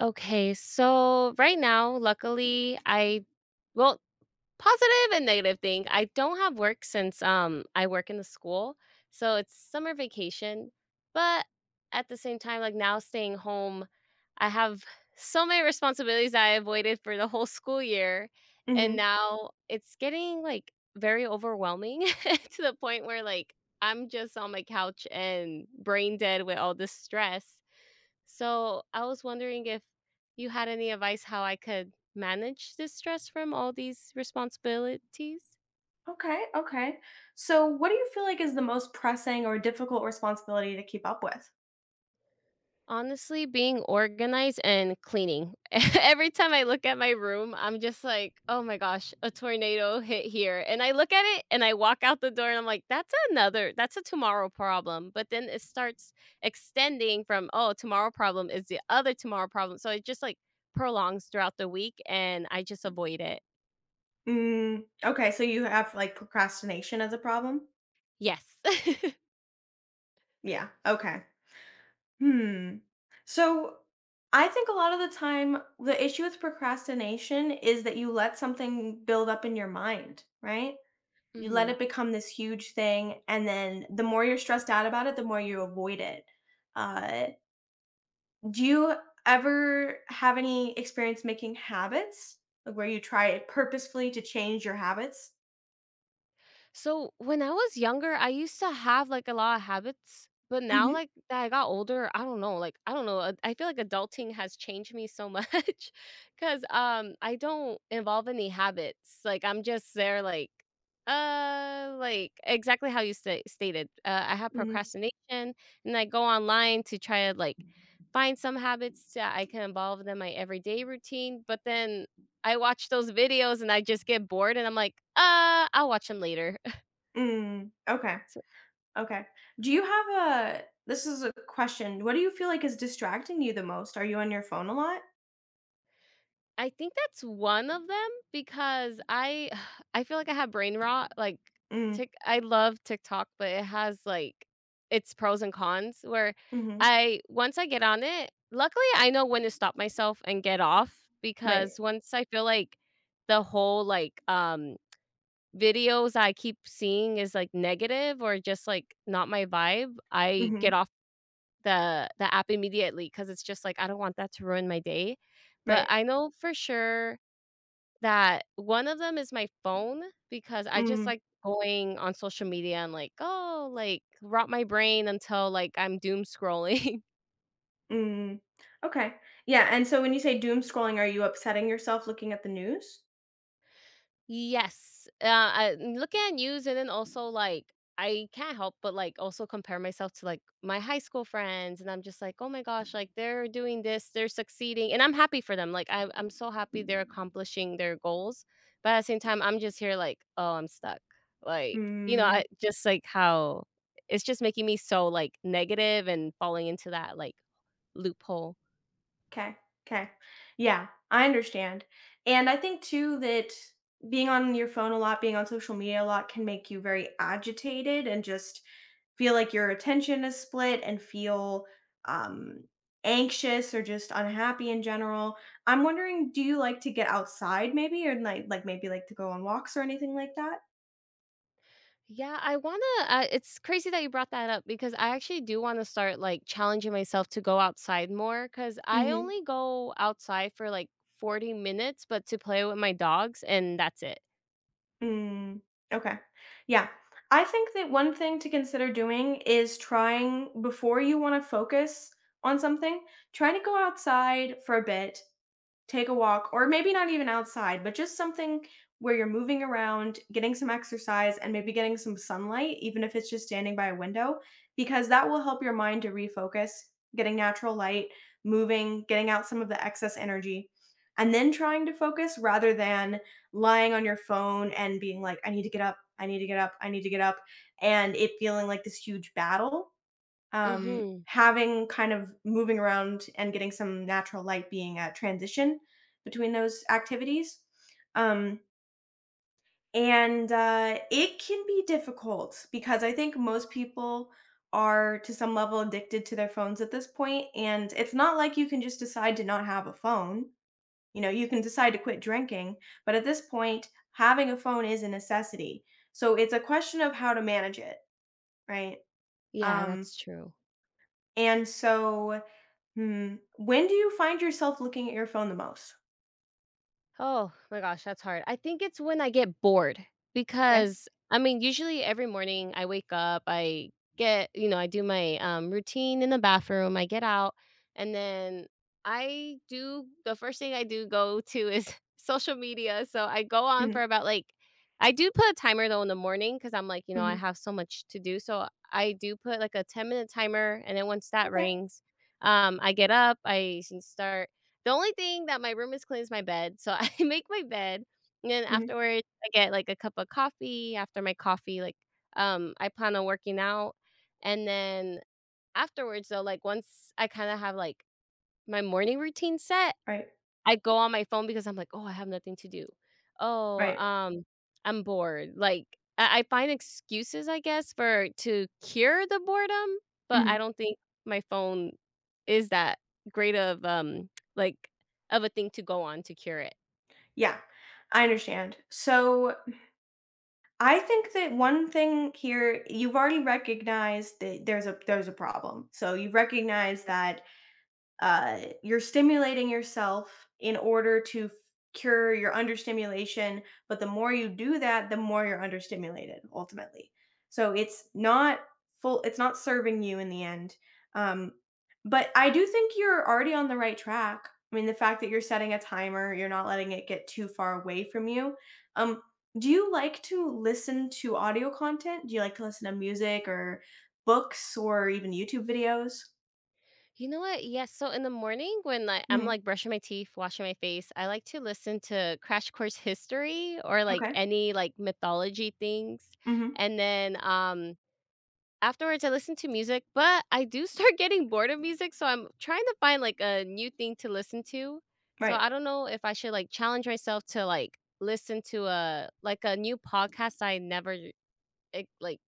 Okay, so right now, luckily, I well, positive and negative thing. I don't have work since I work in the school, so it's summer vacation. But at the same time, like now staying home, I have so many responsibilities I avoided for the whole school year, and Hmm. now it's getting like very overwhelming to the point where like I'm just on my couch and brain dead with all this stress. So I was wondering if you had any advice how I could manage this stress from all these responsibilities? Okay, okay. So, what do you feel like is the most pressing or difficult responsibility to keep up with? Honestly, being organized and cleaning. Every time I look at my room, I'm just like, oh my gosh, a tornado hit here. And I look at it and I walk out the door and I'm like, that's a tomorrow problem. But then it starts extending from, oh, tomorrow problem is the other tomorrow problem. So it just like prolongs throughout the week and I just avoid it. Mm, okay, so you have like procrastination as a problem? Yes. Yeah, okay. Hmm. So, I think a lot of the time the issue with procrastination is that you let something build up in your mind, right? You let Ujú. it become this huge thing, and then the more you're stressed out about it, the more you avoid it. Uh, Do you ever have any experience making habits? Like where you try it purposefully to change your habits? So when I was younger, I used to have like a lot of habits, but now Mhm. like that I got older, I don't know. I feel like adulting has changed me so much because I don't involve any habits. Like I'm just there like exactly how you stated. I have Mhm. procrastination, and I go online to try to like find some habits that I can involve in my everyday routine, but then I watch those videos and I just get bored and I'm like, I'll watch them later. Mm. Okay. So Okay. Do you have a this is a question. What do you feel like is distracting you the most? Are you on your phone a lot? I think that's one of them because I I feel like I have brain rot. Like Mm. Tik I love TikTok, but it has like its pros and cons where Mhm. I once I get on it, luckily I know when to stop myself and get off Right. because once I feel like the whole like videos I keep seeing is like negative or just like not my vibe, I get Mhm. off the app immediately, because it's just like, I don't want that to ruin my day, but Right. I know for sure that one of them is my phone, because I just Mm. like going on social media and like, "Oh," like, rot my brain until, like, I'm doom scrolling. Mm. Okay. Yeah, and so when you say doom scrolling, are you upsetting yourself looking at the news? Yes. I mm, looking at news, and then also, like, I can't help but, like, also compare myself to, like, my high school friends, and I'm just like, "Oh my gosh, like, they're doing this, they're succeeding," and I'm happy for them, like, I'm so happy they're accomplishing their goals, but at the same time, I'm just here like, "Oh, I'm stuck." Like, you know, Mm. I just like how it's just making me so, like, negative and falling into that, like, loophole. Okay, okay, yeah, I understand, and I think too that being on your phone a lot, being on social media a lot can make you very agitated and just feel like your attention is split and feel, um, anxious or just unhappy in general. I'm wondering, do you like to get outside maybe or, maybe like to go on walks or anything like that? Yeah, I wanna it's crazy that you brought that up because I actually do wanna start, like, challenging myself to go outside more, because I Mhm. only go outside for, like, 40 minutes, but to play with my dogs, and that's it. Mm, okay. Yeah. I think that one thing to consider doing is trying before you want to focus on something, try to go outside for a bit. Take a walk, or maybe not even outside, but just something where you're moving around, getting some exercise, and maybe getting some sunlight, even if it's just standing by a window, because that will help your mind to refocus, getting natural light, moving, getting out some of the excess energy, and then trying to focus rather than lying on your phone and being like, I need to get up, I need to get up, I need to get up, and it feeling like this huge battle. Mhm. Having kind of moving around and getting some natural light being a transition between those activities. Um, and it can be difficult because I think most people are to some level addicted to their phones at this point, and it's not like you can just decide to not have a phone. You know, you can decide to quit drinking, but at this point, having a phone is a necessity. So it's a question of how to manage it, right? Yeah, Um, that's true. and so hmm. When do you find yourself looking at your phone the most? Oh my gosh, that's hard. I think it's when I get bored, Okay. because I mean, usually every morning I wake up, I get, you know, I do my routine in the bathroom, I get out, and then I do the first thing I do go to is social media. So I go on for Mhm, about like, I do put a timer though in the morning because I'm like, you know, I mhm. have so much to do. So I do put like a 10-minute timer. And then once that Okay. rings, I get up, I start the only thing that my room is clean is my bed, so I make my bed, and then Mhm. afterwards, I get, like, a cup of coffee. After my coffee, like, I plan on working out, and then afterwards, though, like, once I kinda have, like, my morning routine set, Right, I go on my phone because I'm like, "Oh, I have nothing to do. Oh, right. I'm bored." Like, I find excuses, I guess, for to cure the boredom, but Mhm. I don't think my phone is that great of, like, of a thing to go on to cure it. Yeah, I understand. So, I think that one thing here, you've already recognized that there's a problem. So, you've recognized that you're stimulating yourself in order to cure your understimulation. But the more you do that, the more you're understimulated ultimately. So it's not full, it's not serving you in the end. Um, but I do think you're already on the right track. I mean, the fact that you're setting a timer, you're not letting it get too far away from you. Um, do you like to listen to audio content? Do you like to listen to music or books or even YouTube videos? You know what? Yes, so in the morning when, like, I'm, Mhm. like, brushing my teeth, washing my face, I like to listen to Crash Course History, or, like, Okay. any, like, mythology things, Hmm. and then, afterwards, I listen to music, but I do start getting bored of music, so I'm trying to find, like, a new thing to listen to. So Right. I don't know if I should, like, challenge myself to, like, listen to a like, a new podcast I never, like,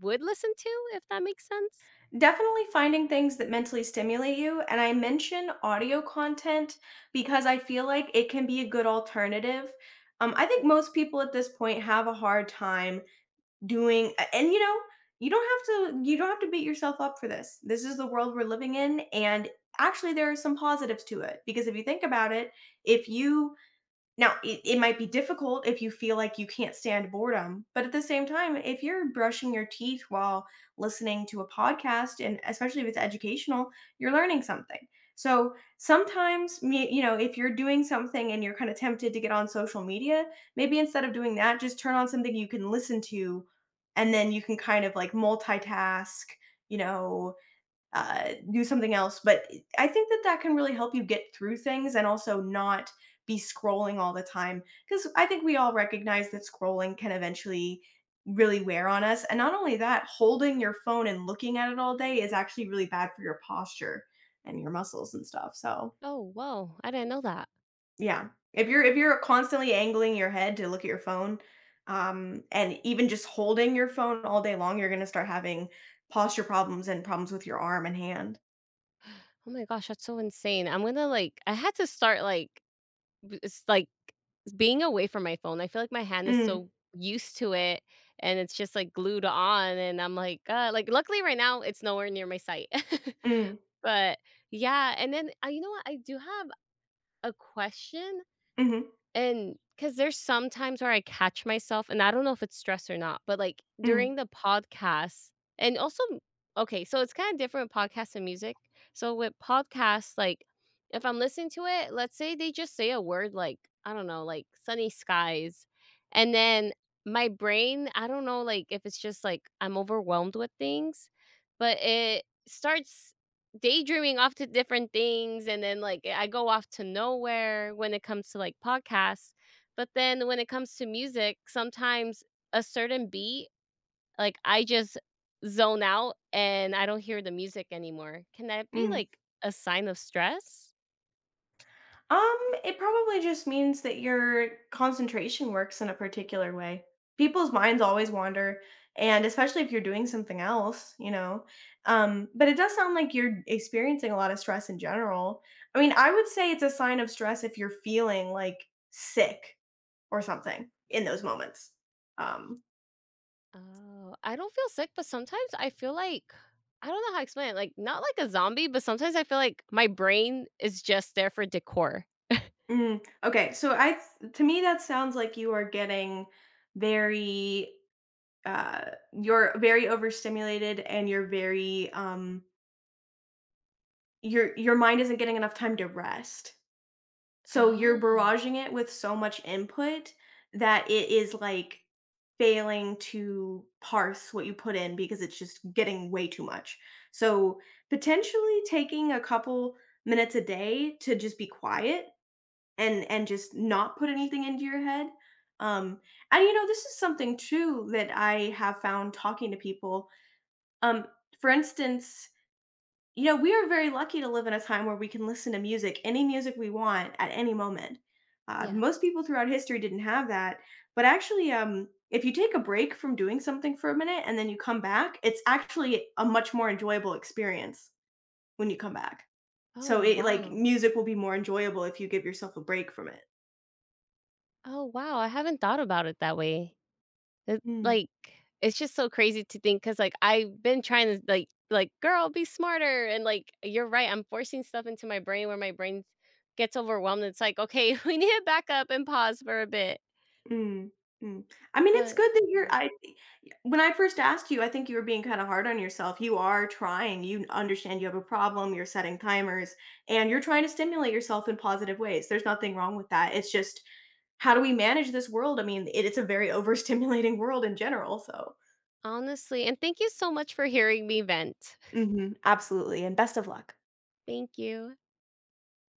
would listen to, if that makes sense? Definitely finding things that mentally stimulate you. And I mention audio content because I feel like it can be a good alternative. I think most people at this point have a hard time doing, and you know, you don't have to beat yourself up for this. This is the world we're living in, and actually there are some positives to it because if you think about it, if you. Now, it might be difficult if you feel like you can't stand boredom, but at the same time, if you're brushing your teeth while listening to a podcast, and especially if it's educational, you're learning something. So sometimes, you know, if you're doing something and you're kind of tempted to get on social media, maybe instead of doing that, just turn on something you can listen to, and then you can kind of like multitask, you know, do something else. But I think that that can really help you get through things and also not be scrolling all the time. Because I think we all recognize that scrolling can eventually really wear on us. And not only that, holding your phone and looking at it all day is actually really bad for your posture and your muscles and stuff. So Oh, wow, I didn't know that. yeah, if you're constantly angling your head to look at your phone, and even just holding your phone all day long, you're gonna start having posture problems and problems with your arm and hand. Oh my gosh, that's so insane. I had to start, like it's like being away from my phone, I feel like my hand is Mm, so used to it, and it's just, like, glued on, and I'm like, "God," like, luckily right now, it's nowhere near my sight. mm. But, yeah, and then, you know what? I do have a question, Mhm, and because there's some times where I catch myself, and I don't know if it's stress or not, but, like, mm, during the podcast and also okay, so it's kinda different with podcasts and music. So with podcasts, like, if I'm listening to it, let's say they just say a word like, I don't know, like, "sunny skies," and then my brain, I don't know, like, if it's just, like, I'm overwhelmed with things, but it starts daydreaming off to different things, and then like I go off to nowhere when it comes to like podcasts. But then when it comes to music, sometimes a certain beat, like I just zone out and I don't hear the music anymore. Can that be mm. like a sign of stress? Um, it probably just means that your concentration works in a particular way. People's minds always wander, and especially if you're doing something else, you know. But it does sound like you're experiencing a lot of stress in general. I mean, I would say it's a sign of stress if you're feeling like sick or something in those moments. Um, Oh, I don't feel sick, but sometimes I feel like I don't know how to explain it, like, not like a zombie, but sometimes I feel like my brain is just there for decor. Okay, so to me that sounds like you are getting very uh you're very overstimulated, and you're very your mind isn't getting enough time to rest, so you're Oh, barraging it with so much input that it is like failing to parse what you put in because it's just getting way too much. So potentially taking a couple minutes a day to just be quiet and just not put anything into your head. um and you know, this is something too that I have found talking to people. Um, for instance, you know, we are very lucky to live in a time where we can listen to music, any music we want at any moment. Yes. Most people throughout history didn't have that. But actually, if you take a break from doing something for a minute and then you come back, it's actually a much more enjoyable experience when you come back. So Oh, it like wow. music will be more enjoyable if you give yourself a break from it. Oh, wow, I haven't thought about it that way. It Mm. like, it's just so crazy to think, cause like, I've been trying to, like, "Girl, be smarter," and, like, you're right, I'm forcing stuff into my brain where my brain gets overwhelmed, it's like, "Okay, we need to back up and pause for a bit," Mm, mm. I mean, it's but good that you're I y when I first asked you, I think you were being kinda hard on yourself. You are trying, you understand you have a problem, you're setting timers, and you're trying to stimulate yourself in positive ways. There's nothing wrong with that. It's just, how do we manage this world? I mean, it it's a very overstimulating world in general, so. honestly, and thank you so much for hearing me vent. Mhm, absolutely, and best of luck. Thank you.